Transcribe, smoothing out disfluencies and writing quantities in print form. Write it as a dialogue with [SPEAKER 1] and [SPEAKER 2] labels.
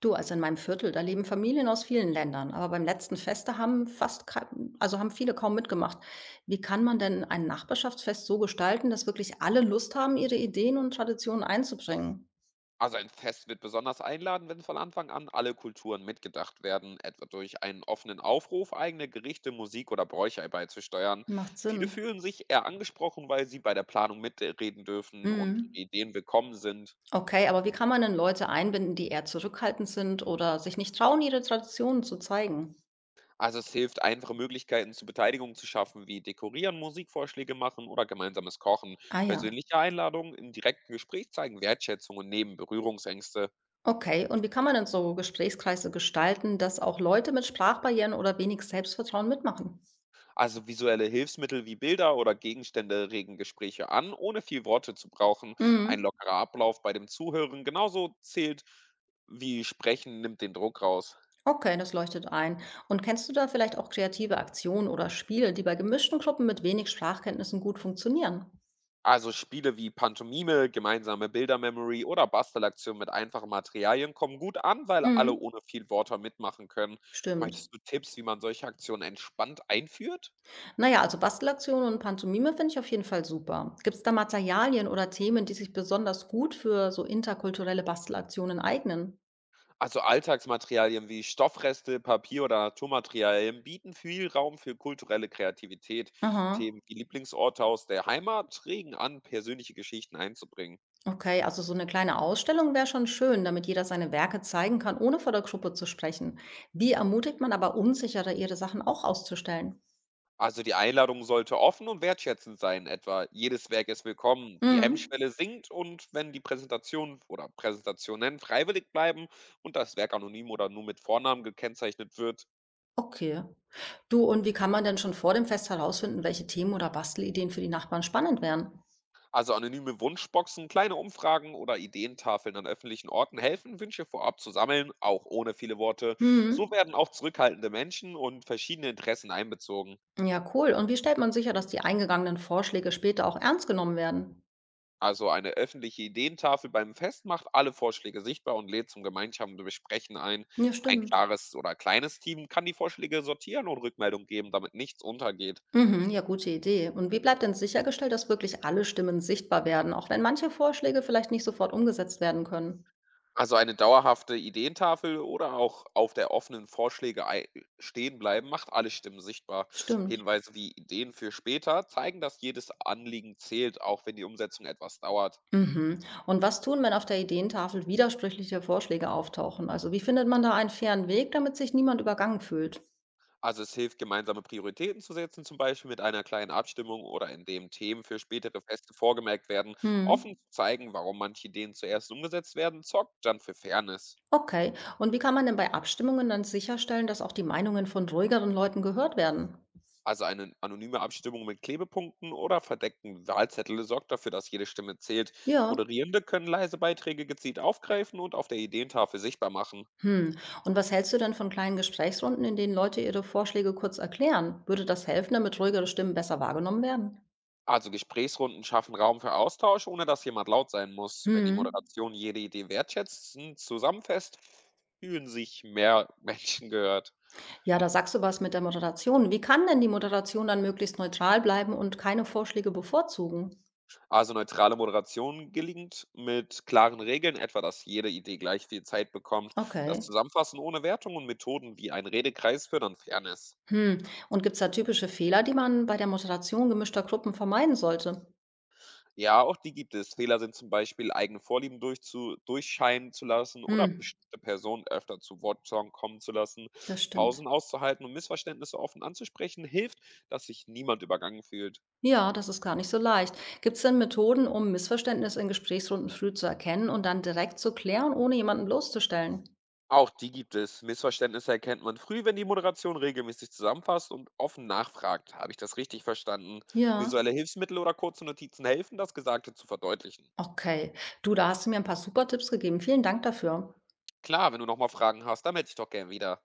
[SPEAKER 1] Du, also in meinem Viertel, da leben Familien aus vielen Ländern, aber beim letzten Fest, da haben also haben viele kaum mitgemacht. Wie kann man denn ein Nachbarschaftsfest so gestalten, dass wirklich alle Lust haben, ihre Ideen und Traditionen einzubringen?
[SPEAKER 2] Also ein Fest wird besonders einladen, wenn von Anfang an alle Kulturen mitgedacht werden, etwa durch einen offenen Aufruf, eigene Gerichte, Musik oder Bräuche beizusteuern.
[SPEAKER 1] Macht
[SPEAKER 2] Viele
[SPEAKER 1] Sinn.
[SPEAKER 2] fühlen sich eher angesprochen, weil sie bei der Planung mitreden dürfen und
[SPEAKER 1] Mhm.
[SPEAKER 2] ihre Ideen willkommen sind.
[SPEAKER 1] Okay, aber wie kann man denn Leute einbinden, die eher zurückhaltend sind oder sich nicht trauen, ihre Traditionen zu zeigen?
[SPEAKER 2] Also es hilft, einfache Möglichkeiten zur Beteiligung zu schaffen, wie Dekorieren, Musikvorschläge machen oder gemeinsames Kochen.
[SPEAKER 1] Ah ja.
[SPEAKER 2] Persönliche Einladungen im direkten Gespräch zeigen Wertschätzung und nehmen Berührungsängste.
[SPEAKER 1] Okay, und wie kann man denn so Gesprächskreise gestalten, dass auch Leute mit Sprachbarrieren oder wenig Selbstvertrauen mitmachen?
[SPEAKER 2] Also visuelle Hilfsmittel wie Bilder oder Gegenstände regen Gespräche an, ohne viel Worte zu brauchen. Ein
[SPEAKER 1] Mhm.
[SPEAKER 2] lockerer Ablauf, bei dem Zuhören genauso zählt wie Sprechen, nimmt den Druck raus.
[SPEAKER 1] Okay, das leuchtet ein. Und kennst du da vielleicht auch kreative Aktionen oder Spiele, die bei gemischten Gruppen mit wenig Sprachkenntnissen gut funktionieren?
[SPEAKER 2] Also Spiele wie Pantomime, gemeinsame Bildermemory oder Bastelaktionen mit einfachen Materialien kommen gut an, weil alle
[SPEAKER 1] Mhm.
[SPEAKER 2] ohne viel Worte mitmachen können.
[SPEAKER 1] Stimmt.
[SPEAKER 2] Möchtest du Tipps, wie man solche Aktionen entspannt einführt?
[SPEAKER 1] Naja, also Bastelaktionen und Pantomime finde ich auf jeden Fall super. Gibt es da Materialien oder Themen, die sich besonders gut für so interkulturelle Bastelaktionen eignen?
[SPEAKER 2] Also Alltagsmaterialien wie Stoffreste, Papier oder Naturmaterialien bieten viel Raum für kulturelle Kreativität.
[SPEAKER 1] Aha.
[SPEAKER 2] Themen wie Lieblingsorte aus der Heimat regen an, persönliche Geschichten einzubringen.
[SPEAKER 1] Okay, also so eine kleine Ausstellung wäre schon schön, damit jeder seine Werke zeigen kann, ohne vor der Gruppe zu sprechen. Wie ermutigt man aber Unsichere, ihre Sachen auch auszustellen?
[SPEAKER 2] Also die Einladung sollte offen und wertschätzend sein, etwa jedes Werk ist willkommen, die
[SPEAKER 1] Mhm.
[SPEAKER 2] Hemmschwelle sinkt und wenn die Präsentation oder Präsentationen freiwillig bleiben und das Werk anonym oder nur mit Vornamen gekennzeichnet wird.
[SPEAKER 1] Okay. Du, und wie kann man denn schon vor dem Fest herausfinden, welche Themen oder Bastelideen für die Nachbarn spannend wären?
[SPEAKER 2] Also anonyme Wunschboxen, kleine Umfragen oder Ideentafeln an öffentlichen Orten helfen, Wünsche vorab zu sammeln, auch ohne viele Worte. So
[SPEAKER 1] Hm,
[SPEAKER 2] werden auch zurückhaltende Menschen und verschiedene Interessen einbezogen.
[SPEAKER 1] ja, cool. Und wie stellt man sicher, dass die eingegangenen Vorschläge später auch ernst genommen werden?
[SPEAKER 2] Also eine öffentliche Ideentafel beim Fest macht alle Vorschläge sichtbar und lädt zum gemeinsamen Besprechen ein.
[SPEAKER 1] Ja,
[SPEAKER 2] Ein
[SPEAKER 1] stimmt.
[SPEAKER 2] klares oder kleines Team kann die Vorschläge sortieren und Rückmeldung geben, damit nichts untergeht.
[SPEAKER 1] Mhm, ja, gute Idee. Und wie bleibt denn sichergestellt, dass wirklich alle Stimmen sichtbar werden, auch wenn manche Vorschläge vielleicht nicht sofort umgesetzt werden können?
[SPEAKER 2] Also, eine dauerhafte Ideentafel oder auch auf der offenen Vorschläge ei stehen bleiben, macht alle Stimmen sichtbar.
[SPEAKER 1] Stimmt.
[SPEAKER 2] Hinweise wie Ideen für später zeigen, dass jedes Anliegen zählt, auch wenn die Umsetzung etwas dauert.
[SPEAKER 1] Mhm. Und was tun, wenn auf der Ideentafel widersprüchliche Vorschläge auftauchen? Also wie findet man da einen fairen Weg, damit sich niemand übergangen fühlt?
[SPEAKER 2] Also, es hilft, gemeinsame Prioritäten zu setzen, zum Beispiel mit einer kleinen Abstimmung oder indem Themen für spätere Feste vorgemerkt werden. Offen
[SPEAKER 1] Hm.
[SPEAKER 2] zu zeigen, warum manche Ideen zuerst umgesetzt werden, sorgt dann für Fairness.
[SPEAKER 1] Okay. Und wie kann man denn bei Abstimmungen dann sicherstellen, dass auch die Meinungen von ruhigeren Leuten gehört werden?
[SPEAKER 2] Also eine anonyme Abstimmung mit Klebepunkten oder verdeckten Wahlzettel sorgt dafür, dass jede Stimme zählt.
[SPEAKER 1] Ja.
[SPEAKER 2] Moderierende können leise Beiträge gezielt aufgreifen und auf der Ideentafel sichtbar machen.
[SPEAKER 1] Hm. Und was hältst du denn von kleinen Gesprächsrunden, in denen Leute ihre Vorschläge kurz erklären? Würde das helfen, damit ruhigere Stimmen besser wahrgenommen werden?
[SPEAKER 2] Also Gesprächsrunden schaffen Raum für Austausch, ohne dass jemand laut sein muss. Wenn die
[SPEAKER 1] Hm.
[SPEAKER 2] Moderation jede Idee wertschätzend zusammenfasst, fühlen sich mehr Menschen gehört.
[SPEAKER 1] Ja, da sagst du was mit der Moderation. Wie kann denn die Moderation dann möglichst neutral bleiben und keine Vorschläge bevorzugen?
[SPEAKER 2] Also neutrale Moderation gelingt mit klaren Regeln, etwa dass jede Idee gleich viel Zeit bekommt. Das
[SPEAKER 1] Okay.
[SPEAKER 2] Zusammenfassen ohne Wertung und Methoden wie ein Redekreis fördern Fairness.
[SPEAKER 1] Hm. Und gibt es da typische Fehler, die man bei der Moderation gemischter Gruppen vermeiden sollte?
[SPEAKER 2] Ja, auch die gibt es. Fehler sind zum Beispiel, eigene Vorlieben durchzu durchscheinen zu lassen oder
[SPEAKER 1] Hm.
[SPEAKER 2] bestimmte Personen öfter zu Wort zu kommen zu lassen.
[SPEAKER 1] Das
[SPEAKER 2] Pausen
[SPEAKER 1] stimmt.
[SPEAKER 2] auszuhalten und Missverständnisse offen anzusprechen, hilft, dass sich niemand übergangen fühlt.
[SPEAKER 1] Ja, das ist gar nicht so leicht. Gibt es denn Methoden, um Missverständnisse in Gesprächsrunden früh zu erkennen und dann direkt zu klären, ohne jemanden bloßzustellen?
[SPEAKER 2] Auch die gibt es. Missverständnisse erkennt man früh, wenn die Moderation regelmäßig zusammenfasst und offen nachfragt. Habe ich das richtig verstanden?
[SPEAKER 1] Ja,
[SPEAKER 2] Visuelle Hilfsmittel oder kurze Notizen helfen, das Gesagte zu verdeutlichen.
[SPEAKER 1] okay. Du, da hast du mir ein paar super Tipps gegeben. Vielen Dank dafür.
[SPEAKER 2] Klar, wenn du nochmal Fragen hast, dann melde dich doch gern wieder.